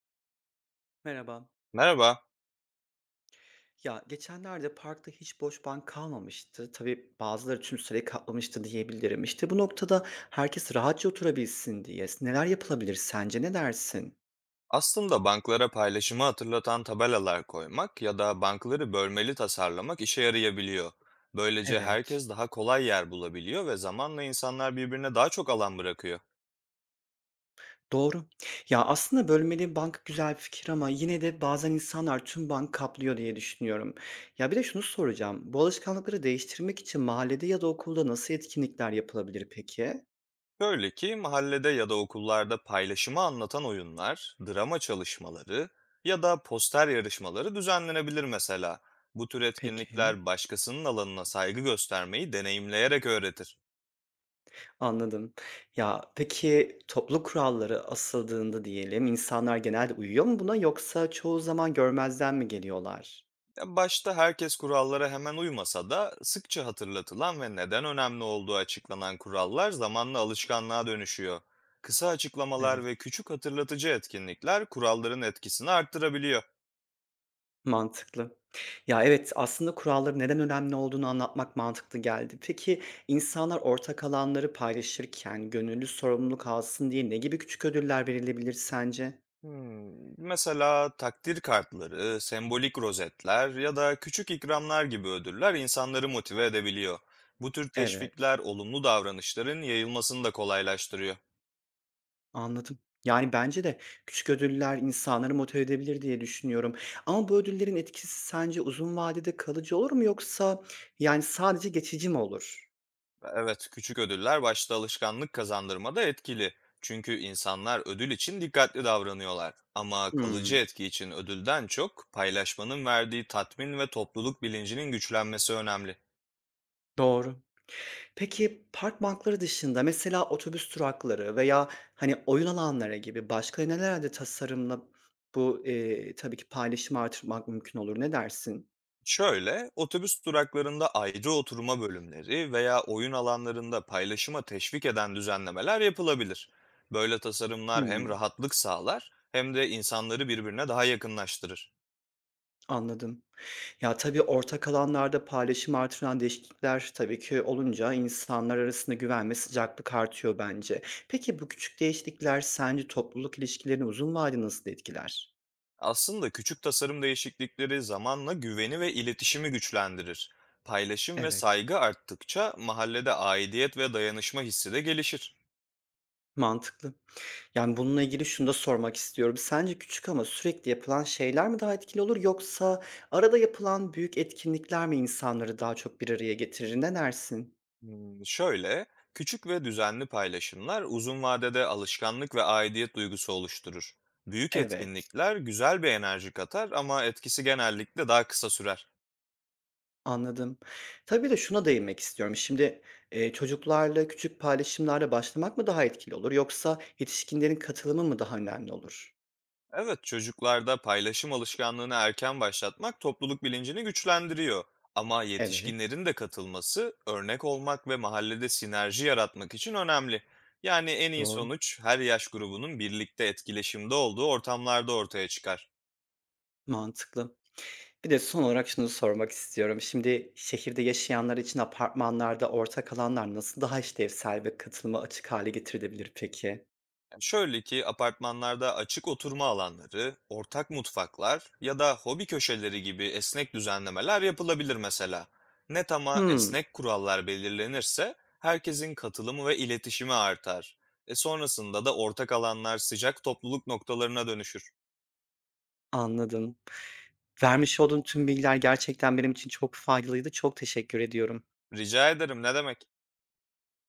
Merhaba. Merhaba. Ya geçenlerde parkta hiç boş bank kalmamıştı. Tabii bazıları tüm sırayı kaplamıştı diyebilirim. İşte bu noktada herkes rahatça oturabilsin diye neler yapılabilir sence ne dersin? Aslında banklara paylaşımı hatırlatan tabelalar koymak ya da bankları bölmeli tasarlamak işe yarayabiliyor. Böylece Evet. herkes daha kolay yer bulabiliyor ve zamanla insanlar birbirine daha çok alan bırakıyor. Doğru. Ya aslında bölmeli bank güzel bir fikir ama yine de bazen insanlar tüm bank kaplıyor diye düşünüyorum. Ya bir de şunu soracağım. Bu alışkanlıkları değiştirmek için mahallede ya da okulda nasıl etkinlikler yapılabilir peki? Böyle ki mahallede ya da okullarda paylaşımı anlatan oyunlar, drama çalışmaları ya da poster yarışmaları düzenlenebilir mesela. Bu tür Peki. etkinlikler başkasının alanına saygı göstermeyi deneyimleyerek öğretir. Anladım. Ya, peki toplu kuralları asıldığında diyelim, insanlar genelde uyuyor mu buna yoksa çoğu zaman görmezden mi geliyorlar? Ya başta herkes kurallara hemen uymasa da sıkça hatırlatılan ve neden önemli olduğu açıklanan kurallar zamanla alışkanlığa dönüşüyor. Kısa Evet. açıklamalar ve küçük hatırlatıcı etkinlikler kuralların etkisini arttırabiliyor. Mantıklı. Ya, evet, aslında kuralların neden önemli olduğunu anlatmak mantıklı geldi. Peki insanlar ortak alanları paylaşırken gönüllü sorumluluk alsın diye ne gibi küçük ödüller verilebilir sence? Mesela takdir kartları, sembolik rozetler ya da küçük ikramlar gibi ödüller insanları motive edebiliyor. Bu tür Evet. teşvikler olumlu davranışların yayılmasını da kolaylaştırıyor. Anladım. Yani, bence de küçük ödüller insanları motive edebilir diye düşünüyorum ama bu ödüllerin etkisi sence uzun vadede kalıcı olur mu yoksa, yani, sadece geçici mi olur? Evet, küçük ödüller başta alışkanlık kazandırmada etkili. Çünkü insanlar ödül için dikkatli davranıyorlar. Ama kalıcı Hımm, etki için ödülden çok paylaşmanın verdiği tatmin ve topluluk bilincinin güçlenmesi önemli. doğru. Peki park bankları dışında mesela otobüs durakları veya, hani, oyun alanları gibi başka nelerde tasarımla tabii ki paylaşımı artırmak mümkün olur? Ne dersin? Şöyle, otobüs duraklarında ayrı oturma bölümleri veya oyun alanlarında paylaşıma teşvik eden düzenlemeler yapılabilir. Böyle tasarımlar hem Hımm, rahatlık sağlar hem de insanları birbirine daha yakınlaştırır. anladım. Ya, tabii ortak alanlarda paylaşım artıran değişiklikler tabii ki olunca insanlar arasında güven ve sıcaklık artıyor bence. Peki bu küçük değişiklikler sence topluluk ilişkilerini uzun vadede nasıl etkiler? Aslında küçük tasarım değişiklikleri zamanla güveni ve iletişimi güçlendirir. Paylaşım ve Evet, saygı arttıkça mahallede aidiyet ve dayanışma hissi de gelişir. mantıklı. Yani bununla ilgili şunu da sormak istiyorum. Sence küçük ama sürekli yapılan şeyler mi daha etkili olur yoksa arada yapılan büyük etkinlikler mi insanları daha çok bir araya getirir? Ne dersin? Şöyle, küçük ve düzenli paylaşımlar uzun vadede alışkanlık ve aidiyet duygusu oluşturur. Büyük Evet. etkinlikler güzel bir enerji katar ama etkisi genellikle daha kısa sürer. Anladım. Tabii, de şuna değinmek istiyorum. Şimdi, çocuklarla küçük paylaşımlarla başlamak mı daha etkili olur yoksa yetişkinlerin katılımı mı daha önemli olur? Evet, çocuklarda paylaşım alışkanlığını erken başlatmak topluluk bilincini güçlendiriyor. Ama Evet, yetişkinlerin de katılması, örnek olmak ve mahallede sinerji yaratmak için önemli. Yani en iyi doğru. sonuç her yaş grubunun birlikte etkileşimde olduğu ortamlarda ortaya çıkar. Mantıklı. Bir de son olarak şunu sormak istiyorum. Şimdi şehirde yaşayanlar için apartmanlarda ortak alanlar nasıl daha işlevsel ve katılıma açık hale getirilebilir peki? Yani şöyle ki apartmanlarda açık oturma alanları, ortak mutfaklar ya da hobi köşeleri gibi esnek düzenlemeler yapılabilir mesela. Net ama Hımm, esnek kurallar belirlenirse herkesin katılımı ve iletişimi artar. Sonrasında da ortak alanlar sıcak topluluk noktalarına dönüşür. anladım. Vermiş olduğun tüm bilgiler gerçekten benim için çok faydalıydı. Çok teşekkür ediyorum. Rica ederim, ne demek?